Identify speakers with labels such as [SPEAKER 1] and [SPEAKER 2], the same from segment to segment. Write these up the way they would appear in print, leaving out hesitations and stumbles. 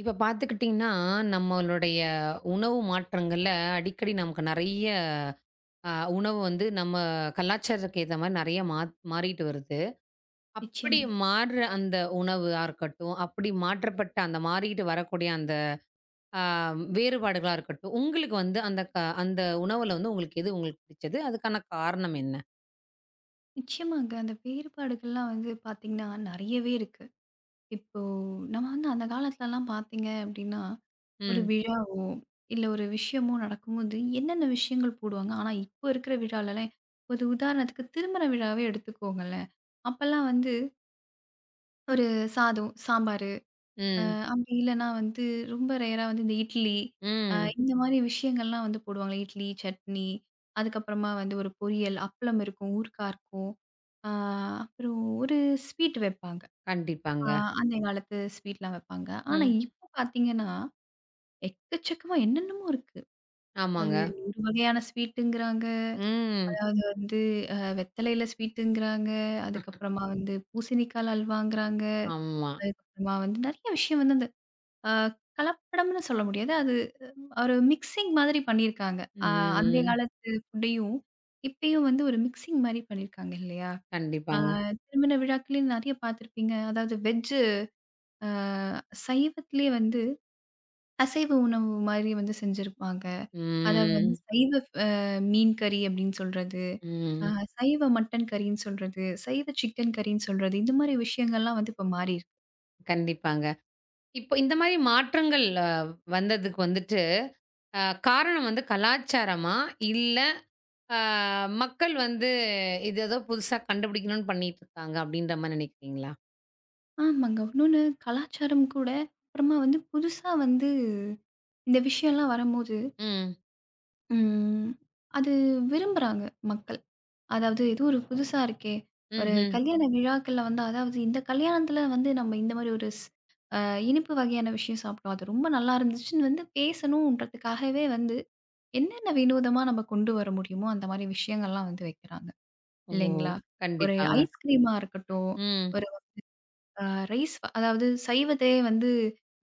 [SPEAKER 1] இப்ப பார்த்துக்கிட்டிங்கன்னா, நம்மளுடைய உணவு மாற்றங்கள்ல அடிக்கடி நமக்கு நெறைய அ உணவு வந்து நம்ம கலாச்சாரத்துக்கு ஏத்த மாரி நெறைய மாறிட்டு வருது. அப்படி
[SPEAKER 2] நிச்சயமா.
[SPEAKER 1] மாறுற அந்த உணவா இருக்கட்டும், அப்படி மாற்றப்பட்ட அந்த மாறிட்டு வரக்கூடிய அந்த அ வேறுபாடுகளா இருக்கட்டும், உங்களுக்கு வந்து அந்த அந்த உணவுல வந்து எது உங்களுக்கு பிடிச்சது? அதுக்கான காரணம் என்ன?
[SPEAKER 2] நிச்சயமாங்க. அந்த வேறுபாடுகள்லாம் வந்து பார்த்தீங்கன்னா, நெறையவே இருக்கு. இப்போ நம்ம வந்து அந்த காலத்துலலாம் பார்த்தீங்க அப்டின்னா, ஒரு
[SPEAKER 1] ம்,
[SPEAKER 2] விழாவோ, இல்ல ஒரு விஷயமோ நடக்கும்போது என்னென்ன விஷயங்கள் போடுவாங்க. ஆனா, இப்போ இருக்கிற விழாலலாம் ஒரு உதாரணத்துக்கு திருமண விழாவே எடுத்துக்கோங்களேன். அப்பலாம் வந்து ஒரு சாதம், சாம்பார் அ
[SPEAKER 1] ம்,
[SPEAKER 2] அப்படி இல்லன்னா வந்து ரொம்ப ரேரா வந்து இந்த இட்லி,
[SPEAKER 1] ம்.
[SPEAKER 2] இந்த மாரி விஷயங்கள்லாம் வந்து போடுவாங்க. இட்லி, சட்னி, அதுக்கப்புறமா வந்து ஒரு பொரியல், அப்பளம் இருக்கும், ஊறுகாய் இருக்கும். அ அப்புறம் ஒரு ஸ்வீட் வைப்பாங்க. அ
[SPEAKER 1] கண்டிப்பாங்க.
[SPEAKER 2] அந்த காலத்து ஸ்வீட்லாம் வைப்பாங்க. ஆனா
[SPEAKER 1] ம்.
[SPEAKER 2] இப்போ பார்த்தீங்கன்னா, எக்கச்சக்கமா என்னென்னமோ இருக்கு. அது
[SPEAKER 1] ஆமாங்க.
[SPEAKER 2] ஒரு வகையான ஸ்வீட்டுங்கிறாங்க.
[SPEAKER 1] ம்.
[SPEAKER 2] அதாவது வந்து வெத்தலையில ஸ்வீட்டுங்கிறாங்க. அதுக்கப்புறமா வந்து பூசணிக்கால அல்வாங்கிறாங்க.
[SPEAKER 1] ஆமா.
[SPEAKER 2] அதுக்கப்புறமா வந்து நெறைய விஷயம் வந்து அந்த ஆ கலப்படம்னு சொல்ல முடியாது. அது ஒரு மிக்ஸிங் மாதிரி பண்ணியிருக்காங்க. அ அந்தைய
[SPEAKER 1] ம்.
[SPEAKER 2] காலத்து ஃபுட்டையும், இப்பயும் வந்து ஒரு மிக்ஸிங் மாரி பண்ணியிருக்காங்க இல்லையா? ஆ
[SPEAKER 1] கண்டிப்பாங்க.
[SPEAKER 2] திருமண விழாக்கள்லயும் நெறைய பார்த்துருப்பீங்க. அதாவது வெஜ்ஜு ஆ சைவத்திலேயே வந்து அசைவ உணவு மாரி வந்து செஞ்சிருப்பாங்க. அத வந்து
[SPEAKER 1] ம்.
[SPEAKER 2] சைவ அ மீன் கறி அப்படின்னு சொல்றது, அ
[SPEAKER 1] ம்.
[SPEAKER 2] சைவ மட்டன் கறின்னு சொல்றது, சைவ சிக்கன் கறின்னு சொல்றது, இந்த மாரி விஷயங்கள்லாம் வந்து இப்ப மாறியிருக்கு.
[SPEAKER 1] கண்டிப்பாங்க. இப்போ இந்த மாரி மாற்றங்கள் வந்ததுக்கு வந்துட்டு, அ காரணம் வந்து கலாச்சாரமா? இல்ல அ மக்கள் வந்து இது ஏதோ புதுசா கண்டுபிடிக்கணும்னு பண்ணிட்டு இருக்காங்க அப்படின்ற மாரி நினைக்கிறீங்களா?
[SPEAKER 2] ஆமாங்க. இன்னொன்னு கலாச்சாரம் கூட அப்புறமா வந்து புதுசா வந்து இந்த விஷயம்லாம் வரும்போது,
[SPEAKER 1] ம்.
[SPEAKER 2] ம் அது விரும்புறாங்க மக்கள். அதாவது ஏதோ ஒரு புதுசா இருக்கே! ஒரு
[SPEAKER 1] ம்ஹ்ம்.
[SPEAKER 2] கல்யாண விழாக்கள்ல வந்து அதாவது இந்த கல்யாணத்துல வந்து நம்ம இந்த மாரி ஒரு ஸ் அ இனிப்பு வகையான விஷயம் சாப்பிட்டோம். அது ரொம்ப நல்லா இருந்துச்சுன்னு வந்து பேசணுன்றதுக்காகவே வந்து என்னென்ன வினோதமா நம்ம கொண்டு வர முடியுமோ, அந்த மாரி விஷயங்கள்லாம் வந்து வைக்கிறாங்க.
[SPEAKER 1] ஓ!
[SPEAKER 2] இல்லைங்களா? ஒரு
[SPEAKER 1] கண்டிப்பாங்க.
[SPEAKER 2] ஐஸ்கிரீமா இருக்கட்டும்.
[SPEAKER 1] ம்.
[SPEAKER 2] ஒரு ஆ ரைஸ் அதாவது சைவத்திலேயே வந்து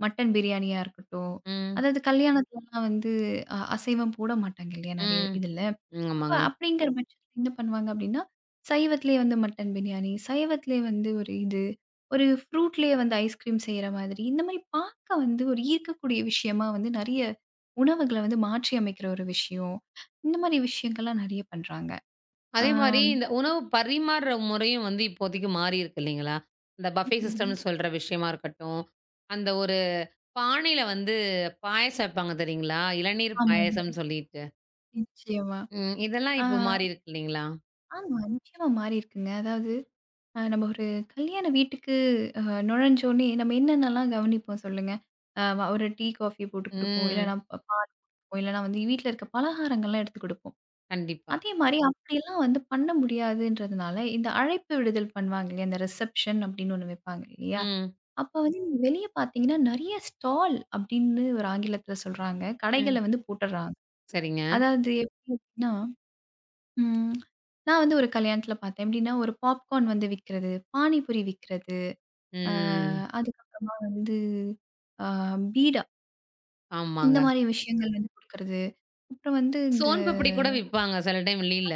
[SPEAKER 2] மட்டன் பிரியாணியா இருக்கட்டும்.
[SPEAKER 1] ம்.
[SPEAKER 2] அதாவது கல்யாணத்துலலாம் வந்து அசைவம் போட மாட்டாங்க இல்லையா? நெறைய
[SPEAKER 1] ம்.
[SPEAKER 2] இதுல.
[SPEAKER 1] ம்,
[SPEAKER 2] அப்ப
[SPEAKER 1] ஆமாங்க.
[SPEAKER 2] அப்படிங்கிற பட்சத்துல என்ன பண்ணுவாங்க அப்படின்னா, சைவத்திலேயே வந்து மட்டன் பிரியாணி, சைவத்திலேயே வந்து ஒரு இது, ஒரு ஃப்ரூட்லேயே வந்து ஐஸ்கிரீம் செய்ற மாதிரி, இந்த மாரி பார்க்க வந்து ஒரு ஈர்க்கக்கூடிய விஷயமா வந்து நெறைய உணவுகள வந்து மாற்றி அமைக்கிற ஒரு விஷயம். இந்த மாரி விஷயங்கள்லாம் நெறைய பண்றாங்க.
[SPEAKER 1] அதே மாரி
[SPEAKER 2] ஆம்.
[SPEAKER 1] இந்த உணவு பரிமாறுற முறையும் வந்து இப்போதைக்கு மாறியிருக்கு இல்லைங்களா? இந்த பஃபே
[SPEAKER 2] ஆமாங்க.
[SPEAKER 1] சிஸ்டம்னு சொல்ற விஷயமா இருக்கட்டும், அந்த ஒரு பானையில வந்து பாயாசம் வைப்பாங்க தெரியுங்களா? இளநீர்
[SPEAKER 2] ஆமாங்க.
[SPEAKER 1] பாயாசம்ன்னு சொல்லிட்டு.
[SPEAKER 2] நிச்சயமா.
[SPEAKER 1] ம். இதெல்லாம்
[SPEAKER 2] ஆ
[SPEAKER 1] இப்போ மாறி இருக்கு இல்லைங்களா?
[SPEAKER 2] ஆமா நிச்சயமா மாறியிருக்குங்க. அதாவது நம்ம ஒரு கல்யாண வீட்டுக்கு அ நுழைஞ்சோனே நம்ம என்னென்னலாம் கவனிப்போம் சொல்லுங்க? அ வ ஒரு டீ, காஃபி போட்டு குடுப்போம்.
[SPEAKER 1] ம்.
[SPEAKER 2] இல்லன்னா பால் குடுப்போம். இல்லன்னா வந்து வீட்ல இருக்க பலகாரங்கள்லாம் எடுத்து குடுப்போம்.
[SPEAKER 1] கண்டிப்பா.
[SPEAKER 2] அதே மாரி அப்படிலாம் வந்து பண்ண முடியாதுன்றதுனால, இந்த அழைப்பு விடுதல் பண்ணுவாங்க இல்லையா? இந்த ரிசப்ஷன் அப்படின்னு ஒண்ணு வைப்பாங்க இல்லையா?
[SPEAKER 1] ம்.
[SPEAKER 2] அப்ப வந்து நீங்க வெளிய பார்த்தீங்கன்னா, நெறைய ஸ்டால் அப்படின்னு ஒரு ஆங்கிலத்தில சொல்றாங்க.
[SPEAKER 1] ம்.
[SPEAKER 2] கடைகள வந்து போட்டுடுறாங்க.
[SPEAKER 1] சரிங்க.
[SPEAKER 2] அதாவது எப்படின்னா, ம் நான் வந்து ஒரு கல்யாணத்தில பார்த்தேன். எப்படின்னா, ஒரு பாப்கார்ன் வந்து விக்கிறது, பானிபூரி விக்கிறது. அ
[SPEAKER 1] ம்.
[SPEAKER 2] அதுக்கப்புறமா வந்து அ பீடா, இந்த
[SPEAKER 1] ஆமாங்க.
[SPEAKER 2] மாரி விஷயங்கள் வந்து குடுக்கறது. அப்புறம் வந்து இந்த
[SPEAKER 1] சோன் பப்படி கூட விப்பாங்க சில டைம் வெளில.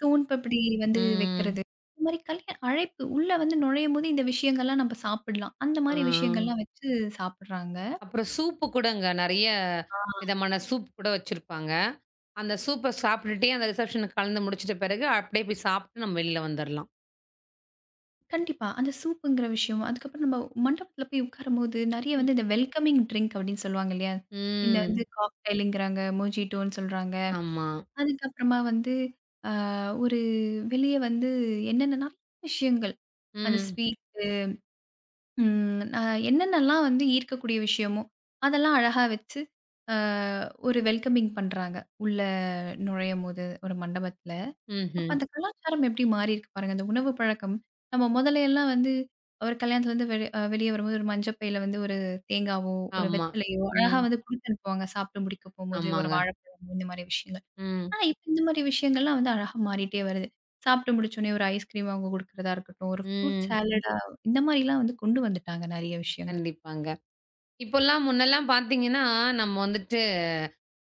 [SPEAKER 2] சோன் பப்படி வந்து
[SPEAKER 1] ம்.
[SPEAKER 2] வைக்கிறது. இந்த மாரி அழைப்பு உள்ள வந்து நுழையும்போது இந்த விஷயங்கள்லாம் நம்ம சாப்பிடலாம். அந்த
[SPEAKER 1] ஆ.
[SPEAKER 2] மாரி விஷயங்கள்லாம் வச்சு சாப்பிடுறாங்க.
[SPEAKER 1] அப்புறம் சூப்பு கூடங்க. நெறைய
[SPEAKER 2] ஆ.
[SPEAKER 1] விதமான சூப் கூட வச்சிருப்பாங்க. அந்த சூப்ப சாப்பிட்டுட்டே அந்த ரிசப்ஷனுக்கு கலந்து முடிச்சுட்ட பிறகு, அப்படியே போய் சாப்பிட்டு நம்ம வெளில வந்துரலாம்.
[SPEAKER 2] கண்டிப்பா. அந்த சூப்புங்கிற விஷயம், அதுக்கப்புறம் நம்ம மண்டபத்தில போய் உட்காரும்போது நெறைய வந்து இந்த வெல்கமிங் ட்ரிங்க் அப்படின்னு சொல்லுவாங்க இல்லையா? இந்த வந்து
[SPEAKER 1] ம்.
[SPEAKER 2] காக்டெயிலுங்கிறாங்க, மோஜிட்டோன்னு சொல்றாங்க.
[SPEAKER 1] ஆமா.
[SPEAKER 2] அதுக்கப்புறமா வந்து ஒரு வெளிய வந்து என்னென்ன நெறைய விஷயங்கள். அந்த
[SPEAKER 1] ம்.
[SPEAKER 2] ஸ்வீட்டு, ம் அ என்னென்னலாம் வந்து ஈர்க்கக்கூடிய விஷயமோ, அதெல்லாம் அழகா வச்சு, அ ஒரு வெல்கமிங் பண்றாங்க. உள்ள நுழையும்போது ஒரு மண்டபத்துல. அப்ப
[SPEAKER 1] ம்ஹ்ம்.
[SPEAKER 2] அந்த கலாச்சாரம் எப்படி மாறியிருக்கு பாருங்க. அந்த உணவு பழக்கம். நம்ம முதலையெல்லாம் வந்து ஒரு கல்யாணத்துல வந்து வெளிய வரும்போது ஒரு மஞ்ச பையில வந்து ஒரு தேங்காவோ, ஒரு
[SPEAKER 1] ஆமா.
[SPEAKER 2] வெத்தலையோ அழகா
[SPEAKER 1] ம்.
[SPEAKER 2] வந்து குடுத்து அனுப்புவாங்க. சாப்பிட்டு முடிக்க போம்போது ஒரு
[SPEAKER 1] ஆமாங்க.
[SPEAKER 2] வாழைப்பழமோ இந்த மாரி விஷயங்கள்.
[SPEAKER 1] ம்.
[SPEAKER 2] ஆனா, இப்ப இந்த மாரி விஷயங்கள்லாம் வந்து அழகா மாறிட்டே வருது. சாப்பிட்டு முடிச்சோனே ஒரு ஐஸ்கிரீம் வாங்கி குடுக்கிறதா இருக்கட்டும், ஒரு ஃப்ரூட்
[SPEAKER 1] ம்.
[SPEAKER 2] சாலடா இந்த மாரிலாம் வந்து கொண்டு வந்துட்டாங்க நெறைய விஷயங்கள்.
[SPEAKER 1] கண்டிப்பாங்க. இப்போலாம் முன்னெல்லாம் பார்த்தீங்கன்னா, நம்ம வந்துட்டு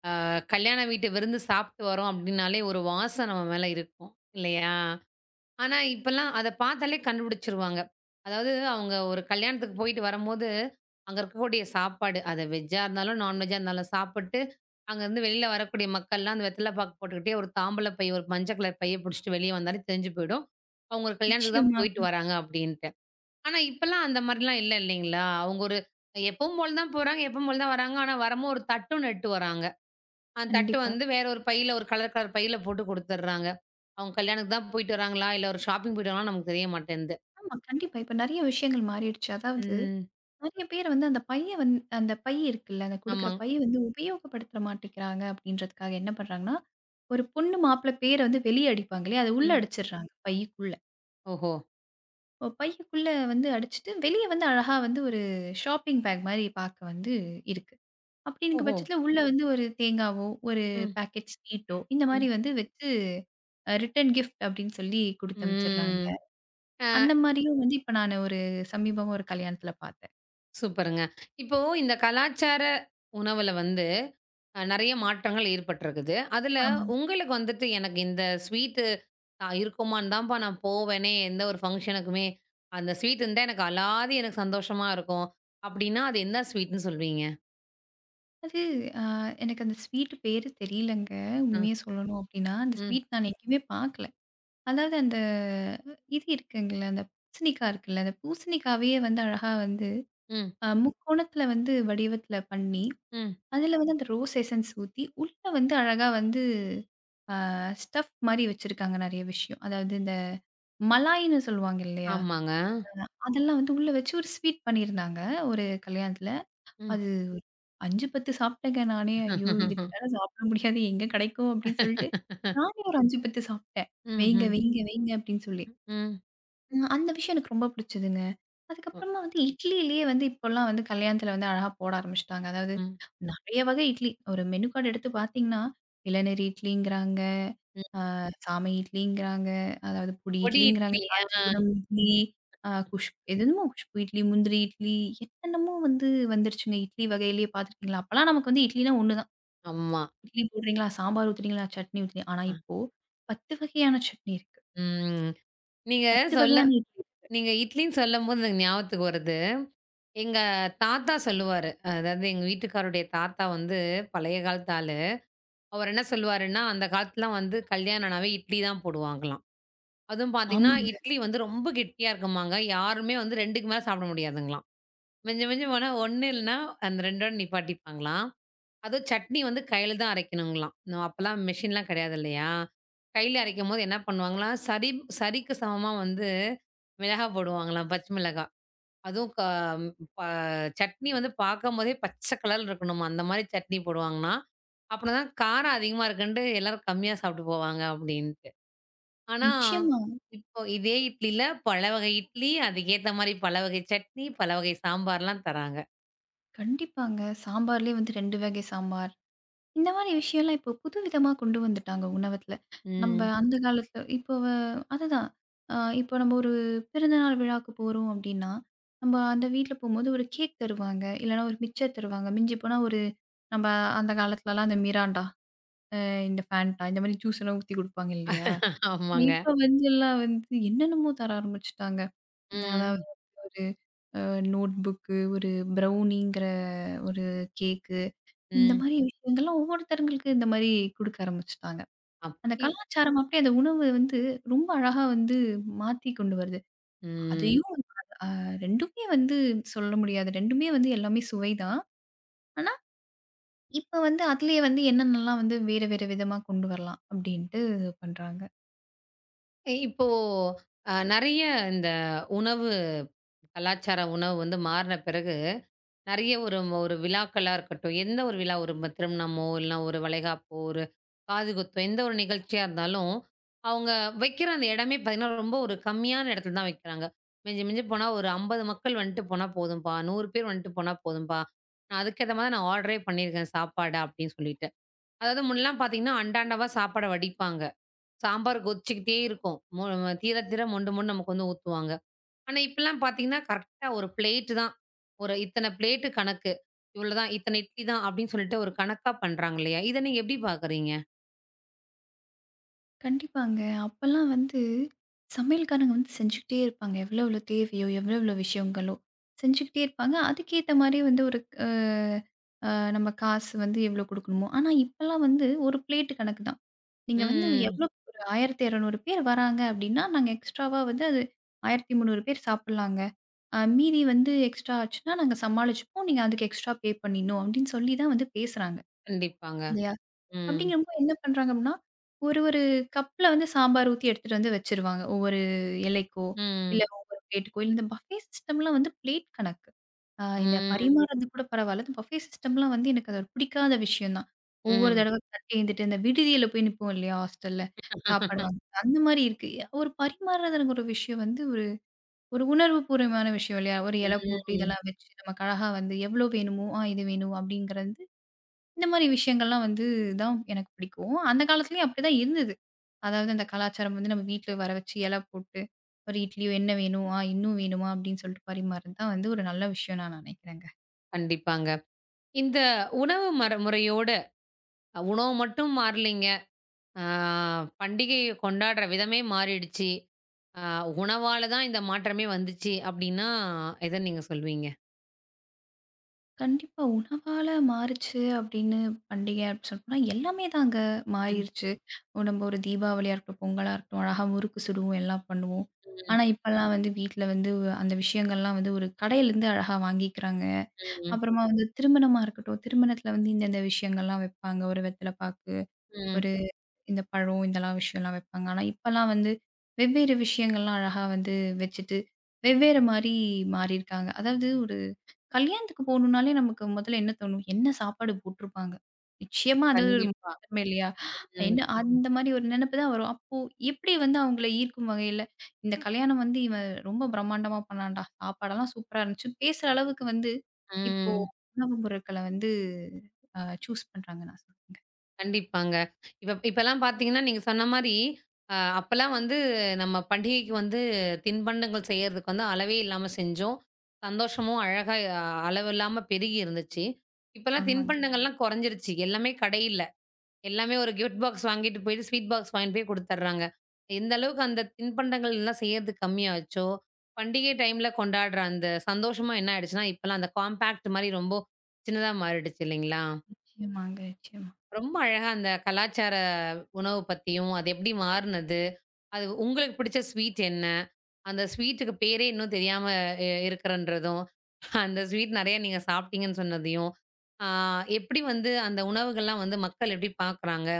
[SPEAKER 1] கல்யாண வீட்டு விருந்து சாப்பிட்டு வரோம் அப்டின்னாலே ஒரு வாசம் நம்ம மேல இருக்கும். இல்லையா? ஆனா இப்பலாம் அத பார்த்தாலே கண்டுபிடிச்சுருவாங்க. அதாவது அவங்க ஒரு கல்யாணத்துக்கு போயிட்டு வரும்போது, அங்க இருக்கக்கூடிய சாப்பாடு, அது வெஜ்ஜா இருந்தாலும், நான்வெஜ்ஜா இருந்தாலும் சாப்பிட்டு, அங்கருந்து வெளில வரக்கூடிய மக்கள்லாம் அந்த வெத்தல பாக்கு போட்டுக்கிட்டே ஒரு தாம்பூல பை, ஒரு மஞ்ச கலர் பைய புடிச்சுட்டு வெளிய வந்தாலே தெரிஞ்சு போயிடும். அவங்க ஒரு கல்யாணத்துக்கு தான்
[SPEAKER 2] நிச்சயமா.
[SPEAKER 1] போயிட்டு வராங்க அப்டின்ட்டு. ஆனா, இப்பலாம் அந்த மாரிலாம் இல்லைங்களா? அவங்க ஒரு எப்பவும் போல தான் போறாங்க, எப்பவும் போல தான் வராங்க. ஆனா, வரமோ ஒரு தட்டுன்னு எடுத்துட்டு வராங்க. அந்த தட்டு
[SPEAKER 2] கண்டிப்பா.
[SPEAKER 1] வந்து வேற ஒரு பையில ஒரு கலர் கலர் பையில போட்டு குடுத்துடுறாங்க. அவங்க கல்யாணத்துக்கு தான் போயிட்டு வராங்களா? இல்ல ஒரு ஷாப்பிங் போயிட்டு வராங்களான்னு நமக்கு தெரிய மாட்டேன்து.
[SPEAKER 2] ஆமா, கண்டிப்பா. இப்ப நெறைய விஷயங்கள் மாறிடுச்சு. அதாவது
[SPEAKER 1] ம்.
[SPEAKER 2] நெறைய பேர் வந்து அந்த பைய வந்து அந்த பை இருக்குல்ல, அந்த குடுக்குற
[SPEAKER 1] ஆமாங்க.
[SPEAKER 2] பை வந்து உபயோகப்படுத்த மாட்டேங்கிறாங்க அப்படின்றதுக்காக என்ன பண்றாங்கன்னா, ஒரு பொண்ணு மாப்பிள பேர வந்து வெளிய அடிப்பாங்க இல்லையா? அத உள்ள
[SPEAKER 1] ம்.
[SPEAKER 2] அடிச்சிடுறாங்க பைக்குள்ள.
[SPEAKER 1] ஓஹோ!
[SPEAKER 2] பைக்குள்ள வந்து அடிச்சுட்டு வெளிய வந்து அழகா வந்து ஒரு ஷாப்பிங் பேக் மாரி பாக்க வந்து இருக்கு. அப்டிங்கிற
[SPEAKER 1] ஓஹோ!
[SPEAKER 2] பட்சத்தில உள்ள வந்து ஒரு தேங்காவோ, ஒரு
[SPEAKER 1] ம்.
[SPEAKER 2] பேக்கெட் ஸ்வீட்டோ, இந்த
[SPEAKER 1] ம்.
[SPEAKER 2] மாரி வந்து வச்சு ரிட்டர்ன் கிஃப்ட் அப்டின்னு சொல்லி குடுத்தமிச்சுடுறாங்க.
[SPEAKER 1] ம். ஆ
[SPEAKER 2] அந்த மாரியும் வந்து இப்ப நானு ஒரு சமீபமா ஒரு கல்யாணத்தில பார்த்தேன்.
[SPEAKER 1] சூப்பருங்க. இப்போ இந்த கலாச்சார உணவுல வந்து நெறைய மாற்றங்கள் ஏற்பட்டிருக்குது. அதுல
[SPEAKER 2] ஆமாங்க.
[SPEAKER 1] உங்களுக்கு வந்துட்டு எனக்கு இந்த ஸ்வீட்டு நான் இருக்குமான்னு தான்ப்பா நான் போவேனே, எந்த ஒரு ஃபங்ஷனுக்குமே. அந்த ஸ்வீட் இருந்தா எனக்கு அலாதி எனக்கு சந்தோஷமா இருக்கும். அப்டின்னா, அது என்ன ஸ்வீட்ன்னு சொல்வீங்க?
[SPEAKER 2] அது அ எனக்கு அந்த ஸ்வீட் பேரு தெரியலங்க.
[SPEAKER 1] அ,
[SPEAKER 2] உண்மைய சொல்லணும் அப்டின்னா, அந்த
[SPEAKER 1] ம்,
[SPEAKER 2] ஸ்வீட் நான் எங்கேயுமே பார்க்கல. அதாவது அந்த இது இருக்குங்கல்ல, அந்த பூசணிக்கா இருக்குல்ல, அந்த பூசணிக்காவே வந்து அழகா வந்து
[SPEAKER 1] ம்,
[SPEAKER 2] முக்கோணத்தில வந்து வடிவத்தில பண்ணி,
[SPEAKER 1] ம்.
[SPEAKER 2] அதில வந்து அந்த ரோஸ் எசன்ஸ் ஊத்தி, உள்ள வந்து அழகா வந்து ஸ்டஃப் மாரி வச்சிருக்காங்க நெறைய விஷயம். அதாவது இந்த மலாய்ன்னு சொல்லுவாங்க இல்லையா?
[SPEAKER 1] ஆமாங்க.
[SPEAKER 2] ஆமா. அதெல்லாம் வந்து உள்ள வச்சு ஒரு ஸ்வீட் பண்ணியிருந்தாங்க, ஒரு கல்யாணத்துல.
[SPEAKER 1] ம்.
[SPEAKER 2] அது 5, 10 சாப்பிட்டேங்க நானே. ஐயோ! இதுக்கு மேல சாப்பிட முடியாது. எங்க கெடைக்கும் அப்படின்னு சொல்லிட்டு, நானே ஒரு 5, 10 சாப்பிட்டேன். வைங்க,
[SPEAKER 1] ம்ஹ்ம்.
[SPEAKER 2] வைங்க, வைங்க அப்படின்னு சொல்லி.
[SPEAKER 1] ம்.
[SPEAKER 2] அந்த விஷயம் எனக்கு ரொம்ப புடிச்சதுங்க.
[SPEAKER 1] ஒ
[SPEAKER 2] அதுக்கப்புறமா வந்து இட்லியிலேயே வந்து இப்போலாம் வந்து கல்யாணத்துல வந்து அழகா போட ஆரம்பிச்சுட்டாங்க. அதாவது
[SPEAKER 1] ம்.
[SPEAKER 2] நெறைய வகை இட்லி. ஒரு மெனு கார்ட் எடுத்து பார்த்தீங்கன்னா, இளநீர் இட்லிங்கிறாங்க.
[SPEAKER 1] ம்.
[SPEAKER 2] சாமை இட்லிங்கிறாங்க. அதாவது பொடி
[SPEAKER 1] பொடி
[SPEAKER 2] இட்லிங்கிறாங்க,
[SPEAKER 1] இட்லி. ஆ.
[SPEAKER 2] காஞ்சிபுரம் இட்லி, அ குஷ் எதென்னமோ குஷ்பு இட்லி, முந்திரி இட்லி என்னென்னமோ வந்து வந்துருச்சுங்க. இட்லி வகையிலேயே பார்த்துருக்கீங்களா? அப்பலாம் நமக்கு வந்து இட்லினா ஒண்ணு தான்.
[SPEAKER 1] ஆமா.
[SPEAKER 2] இட்லி போடுறீங்களா? சாம்பார் ஊத்துறீங்களா? சட்னி ஊத்துறீங்க. ஆனா
[SPEAKER 1] அ.
[SPEAKER 2] இப்போ 10 வகையான சட்னி இருக்கு.
[SPEAKER 1] ம். நீங்க
[SPEAKER 2] 10
[SPEAKER 1] சொல்ல
[SPEAKER 2] வகையான இட்லி.
[SPEAKER 1] நீங்க இட்லின்னு சொல்லம்போது எனக்கு ஞாபகத்துக்கு வருது. எங்க தாத்தா சொல்லுவாரு. அதாவது எங்க வீட்டுக்காரருடைய தாத்தா வந்து பழைய காலத்து ஆளு. அவர் என்ன சொல்லுவாருன்னா, அந்த காலத்துலலாம் வந்து கல்யாணம்னாவே இட்லி தான் போடுவாங்களாம். அதுவும் பார்த்தீங்கன்னா,
[SPEAKER 2] ஆமாங்க.
[SPEAKER 1] இட்லி வந்து ரொம்ப கெட்டியா இருக்குமாங்க. யாருமே வந்து 2க்கு மேல சாப்பிட முடியாதுங்களாம். மிஞ்சு மிஞ்சு போனா 1 இல்லன்னா, அந்த 2டோட நிப்பாட்டிப்பாங்களாம். அதுவும் சட்னி வந்து கையில தான் அரைக்கணுங்களாம். நம்ம அப்பலாம் மிஷின்லாம் கிடையாது இல்லையா? கையில அரைக்கும்போது என்ன பண்ணுவாங்களாம், சரிக்கு சமமா வந்து மிளகா போடுவாங்களாம், பச்சை மிளகா. அதுவும் கா ப சட்னி வந்து பார்க்கும்போதே பச்சை கலர்ல இருக்கணுமா, அந்த மாரி சட்னி போடுவாங்கன்னா, அப்பனா தான் காரம் அதிகமா இருக்குன்ட்டு எல்லாரும் கம்மியா சாப்பிட்டு போவாங்க அப்டின்ட்டு. ஆனா,
[SPEAKER 2] நிச்சயமா.
[SPEAKER 1] இப்போ இதே இட்லில பல வகை இட்லி, அதுக்கேத்த மாரி பல வகை சட்னி, பல வகை சாம்பார்லாம் தராங்க.
[SPEAKER 2] கண்டிப்பாங்க. சாம்பார்லேயே வந்து 2 வகை சாம்பார். இந்த மாரி விஷயம்லாம் இப்போ புதுவிதமா கொண்டு வந்துட்டாங்க உணவகத்துல. நம்ப
[SPEAKER 1] ம்.
[SPEAKER 2] அந்த காலத்துல இப்போ வ அதுதான். இப்போ நம்ம ஒரு பிறந்தநாள் விழாக்கு போறோம் அப்டின்னா, நம்ம அந்த வீட்ல போம்போது ஒரு கேக் தருவாங்க. இல்லன்னா ஒரு மிக்சர் தருவாங்க. மிஞ்சி போனா நம்ப அந்த காலத்துலலாம் அந்த மிராண்டா, இந்த ஃபேண்டா இந்த மாரி ஜூஸ் எல்லாம் ஊத்தி குடுப்பாங்க இல்லையா?
[SPEAKER 1] ஆமாங்க.
[SPEAKER 2] இப்ப வந்து எல்லாம் வந்து என்னென்னமோ தர ஆரம்பிச்சுட்டாங்க. அதாவது
[SPEAKER 1] ம்.
[SPEAKER 2] ஒரு அ நோட் புக்கு, ஒரு ப்ரௌனிங்கிற ஒரு கேக்கு. இந்த
[SPEAKER 1] ம்.
[SPEAKER 2] மாரி விஷயங்கள்லாம் ஒவ்வொருத்தங்களுக்கு இந்த மாரி குடுக்க ஆரம்பிச்சுட்டாங்க.
[SPEAKER 1] ஆமா.
[SPEAKER 2] அந்த
[SPEAKER 1] இப்
[SPEAKER 2] கலாச்சாரம் அப்படியே அந்த உணவு வந்து ரொம்ப அழகா வந்து மாத்தி கொண்டு வருது.
[SPEAKER 1] ம்.
[SPEAKER 2] அதையும் அ 2மே வந்து சொல்ல முடியாது. 2மே வந்து எல்லாமே சுவைதான். ஆனா, இப்ப வந்து அதிலயே வந்து என்னென்னலாம் வந்து வேற வேற விதமா கொண்டு வரலாம் அப்படின்ட்டு பண்றாங்க.
[SPEAKER 1] இப்போ நெறைய இந்த உணவு கலாச்சார உணவு வந்து மாறுன பிறகு நெறைய ஒரு ஒரு விழாக்களா இருக்கட்டும், எந்த ஒரு விழா ஒரு திருமணமோ, இல்லனா ஒரு வளைகாப்போ, ஒரு காதுகுத்தோ, எந்த ஒரு நிகழ்ச்சியா இருந்தாலும், அவங்க வைக்கிற அந்த இடமே பார்த்தீங்கன்னா, ரொம்ப ஒரு கம்மியான இடத்துல தான் வைக்கிறாங்க. மிஞ்சி மிஞ்சி போனா ஒரு 50 மக்கள் வந்துட்டு போனா போதும்பா, 100 பேர் வந்துட்டு போனா போதும்பா. அதுக்கேத்த மாரி நான் ஆர்டரே பண்ணியிருக்கேன் சாப்பாடு அப்படின்னு சொல்லிட்டு. அதாவது முன்னலாம் பார்த்தீங்கன்னா, அண்டாண்டவா சாப்பாட வடிப்பாங்க. சாம்பார் கொதிச்சுக்கிட்டே இருக்கும். தீர தீர மொண்டு மொண்டு நமக்கு வந்து ஊத்துவாங்க. ஆனா, இப்பலாம் பார்த்தீங்கன்னா, கரெக்ட்டா ஒரு பிளேட்டு தான். ஒரு இத்தன பிளேட்டு கணக்கு. இவ்வளோதான், இத்தன இட்லி தான் அப்படின்னு சொல்லிட்டு ஒரு கணக்கா பண்றாங்க இல்லையா? இத நீங்க எப்படி பார்க்குறீங்க?
[SPEAKER 2] கண்டிப்பாங்க. அப்பல்லாம் வந்து சமையல்காரங்க வந்து செஞ்சுக்கிட்டே இருப்பாங்க. எவ்வளோ எவ்வளோ தேவையோ, எவ்வளோ எவ்வளோ விஷயங்களோ செஞ்சுக்கிட்டே இருப்பாங்க. அதுக்கேத்த மாரி வந்து ஒரு அ அ நம்ம காசு வந்து எவ்வளோ குடுக்கணுமோ! ஆனா, இப்பல்லாம் வந்து ஒரு பிளேட் கணக்கு தான். நீங்க வந்து
[SPEAKER 1] ம்.
[SPEAKER 2] எவ்வளோ ஒரு 1,200 பேர் வராங்க அப்டின்னா, நாங்க எக்ஸ்ட்ராவா வந்து அது 1,300 பேர் சாப்பிடலாங்க. மீதி வந்து எக்ஸ்ட்ரா ஆச்சுன்னா, நாங்க சமாளிச்சுப்போம். நீங்க அதுக்கு எக்ஸ்ட்ரா பே பண்ணிடணும் அப்டின்னு சொல்லி தான் வந்து பேசுறாங்க.
[SPEAKER 1] கண்டிப்பாங்க.
[SPEAKER 2] இல்லயா?
[SPEAKER 1] ம்.
[SPEAKER 2] அப்படிங்கிறப்போ என்ன பண்றாங்க அப்படின்னா, ஒரு ஒரு கப்ல வந்து சாம்பார் ஊத்தி எடுத்துட்டு வந்து வச்சுருவாங்க. ஒவ்வொரு இலைக்கோ,
[SPEAKER 1] ம்.
[SPEAKER 2] இல்ல ஒவ்வொரு பிளேட்டுக்கோ, இல்ல இந்த பஃபே சிஸ்டம்லாம் வந்து பிளேட் கணக்கு. இந்த
[SPEAKER 1] ம்.
[SPEAKER 2] பரிமாறுறது கூட பரவால்ல. இந்த பஃபே சிஸ்டம்லாம் வந்து எனக்கு அது ஒரு பிடிக்காத விஷயம் தான். ஒவ்வொரு
[SPEAKER 1] ம்.
[SPEAKER 2] தடவ தட்டி எழுந்துட்டு இந்த விடுதியில போய் நிப்போம் இல்லையா? ஹாஸ்டல்ல சாப்பாடு வாங்க. அந்த மாரி இருக்கு. ஒரு பரிமாறுறது எனக்கு ஒரு விஷயம் வந்து ஒரு ஒரு உணர்வு பூர்வமான விஷயம் இல்லையா? ஒரு இலை போட்டு
[SPEAKER 1] ம்.
[SPEAKER 2] இதெல்லாம் வச்சு நமக்கு அழகா வந்து எவ்வளோ வேணுமோ, ஆ இது வேணும் அப்படிங்கிறது இந்த மாரி விஷயங்கள்லாம் வந்து தான் எனக்கு பிடிக்கும். அந்த காலத்துலயும் அப்படிதான் இருந்தது. அதாவது அந்த கலாச்சாரம் வந்து நம்ம வீட்ல வர வச்சு இல போட்டு, ஒரு இட்லியோ என்ன வேணும்? ஆ இன்னும் வேணுமா? அப்படின்னு சொல்லிட்டு பரிமாறது தான் வந்து ஒரு நல்ல விஷயம் நான் நினைக்கிறேங்க.
[SPEAKER 1] கண்டிப்பாங்க. இந்த உணவு மர முறையோட உணவு மட்டும் மாறலைங்க. ஆ பண்டிகைய கொண்டாடுற விதமே மாறிடுச்சு. ஆ உணவால தான் இந்த மாற்றமே வந்துச்சு அப்படின்னா, எத நீங்க சொல்வீங்க?
[SPEAKER 2] கண்டிப்பா உணவால மாறுச்சு அப்படின்னு பண்டிகை அப்படின்னு சொல்லப்போனா எல்லாமே தாங்க
[SPEAKER 1] ம்.
[SPEAKER 2] மாறிருச்சு. நம்ம ஒரு தீபாவளியா இருக்கட்டும், பொங்கலா இருக்கட்டும், அழகா முறுக்கு சுடுவோம், எல்லாம் பண்ணுவோம்.
[SPEAKER 1] ம்.
[SPEAKER 2] ஆனா இப்பல்லாம் வந்து வீட்ல வந்து அந்த விஷயங்கள்லாம் வந்து ஒரு கடையிலேருந்து அழகா வாங்கிக்கிறாங்க.
[SPEAKER 1] ம்.
[SPEAKER 2] அப்புறமா வந்து திருமணமா இருக்கட்டும். திருமணத்தில வந்து இந்த இந்த விஷயங்கள்லாம் வைப்பாங்க. ஒரு வெத்தல பாக்கு,
[SPEAKER 1] ம்.
[SPEAKER 2] ஒரு இந்த பழம் இதெல்லாம் விஷயம்லாம் வைப்பாங்க. ஆனா, இப்பலாம் வந்து வெவ்வேறு விஷயங்கள்லாம் அழகா வந்து வச்சுட்டு, வெவ்வேறு மாரி மாறியிருக்காங்க. அதாவது ஒரு கல்யாணத்துக்கு போணும்னாலே நமக்கு முதல்ல என்ன தோணும்? என்ன சாப்பாடு போட்டுருப்பாங்க? நிச்சயமா அது ஒரு
[SPEAKER 1] கண்டிப்பா.
[SPEAKER 2] திறமை இல்லையா?
[SPEAKER 1] ம்.
[SPEAKER 2] என்ன அந்த மாரி ஒரு நெனப்பு தான் வரும். அப்போ எப்படி வந்து அவங்கள ஈர்க்கும் வகையில, இந்த கல்யாணம் வந்து இவன் ரொம்ப பிரம்மாண்டமா பண்ணான்டா, சாப்பாடெல்லாம் சூப்பரா இருந்துச்சு, பேசுற அளவுக்கு வந்து இப்போ
[SPEAKER 1] ம்.
[SPEAKER 2] உணவு பொருட்கள வந்து சூஸ் பண்றாங்க நான் சொல்லுவேங்க.
[SPEAKER 1] கண்டிப்பாங்க. இப்ப இப்பலாம் பார்த்தீங்கன்னா, நீங்க சொன்ன மாரி, அப்பலாம் வந்து நம்ம பண்டிகைக்கு வந்து தின்பண்டங்கள் செய்யறதுக்கு வந்து அளவே இல்லாம செஞ்சோம். சந்தோஷமும் அழகா அளவில்லாம பெருகி இருந்துச்சு. இப்பலாம்
[SPEAKER 2] ஆமாங்க.
[SPEAKER 1] தின்பண்டங்கள்லாம் குறைஞ்சிருச்சு. எல்லாமே கடையில. எல்லாமே ஒரு கிஃப்ட் பாக்ஸ் வாங்கிட்டு போயிட்டு, ஸ்வீட் பாக்ஸ் வாங்கிட்டு போய் குடுத்துர்றாங்க. எந்த அளவுக்கு அந்த தின்பண்டங்கள் எல்லாம் செய்யறது கம்மியாச்சோ, பண்டிகை டைம்ல கொண்டாடுற அந்த சந்தோஷமும் என்ன ஆயிடுச்சுன்னா, இப்பலாம் அந்த காம்பேக்ட் மாரி ரொம்ப சின்னதா மாறிடுச்சு இல்லைங்களா?
[SPEAKER 2] நிச்சயமாங்க, நிச்சயமா.
[SPEAKER 1] ரொம்ப அழகா அந்த கலாச்சார உணவு பத்தியும், அது எப்படி மாறுனது? அது உங்களுக்கு பிடிச்ச ஸ்வீட் என்ன? அந்த ஸ்வீட்டுக்கு பேரே இன்னும் தெரியாம இருக்கிறன்றதும், அந்த ஸ்வீட் நெறைய நீங்க சாப்பிட்டீங்கன்னு சொன்னதையும், ஆ எப்படி வந்து அந்த உணவுகள்லாம் வந்து மக்கள் எப்படி பார்க்குறாங்க?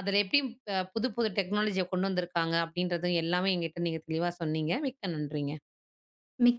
[SPEAKER 1] அதில எப்படி புது புது டெக்னாலஜிய கொண்டு வந்திருக்காங்க? அப்படின்றதும் எல்லாமே என்கிட்ட நீங்க தெளிவா சொன்னீங்க. மிக்க நன்றி.
[SPEAKER 2] மிக்க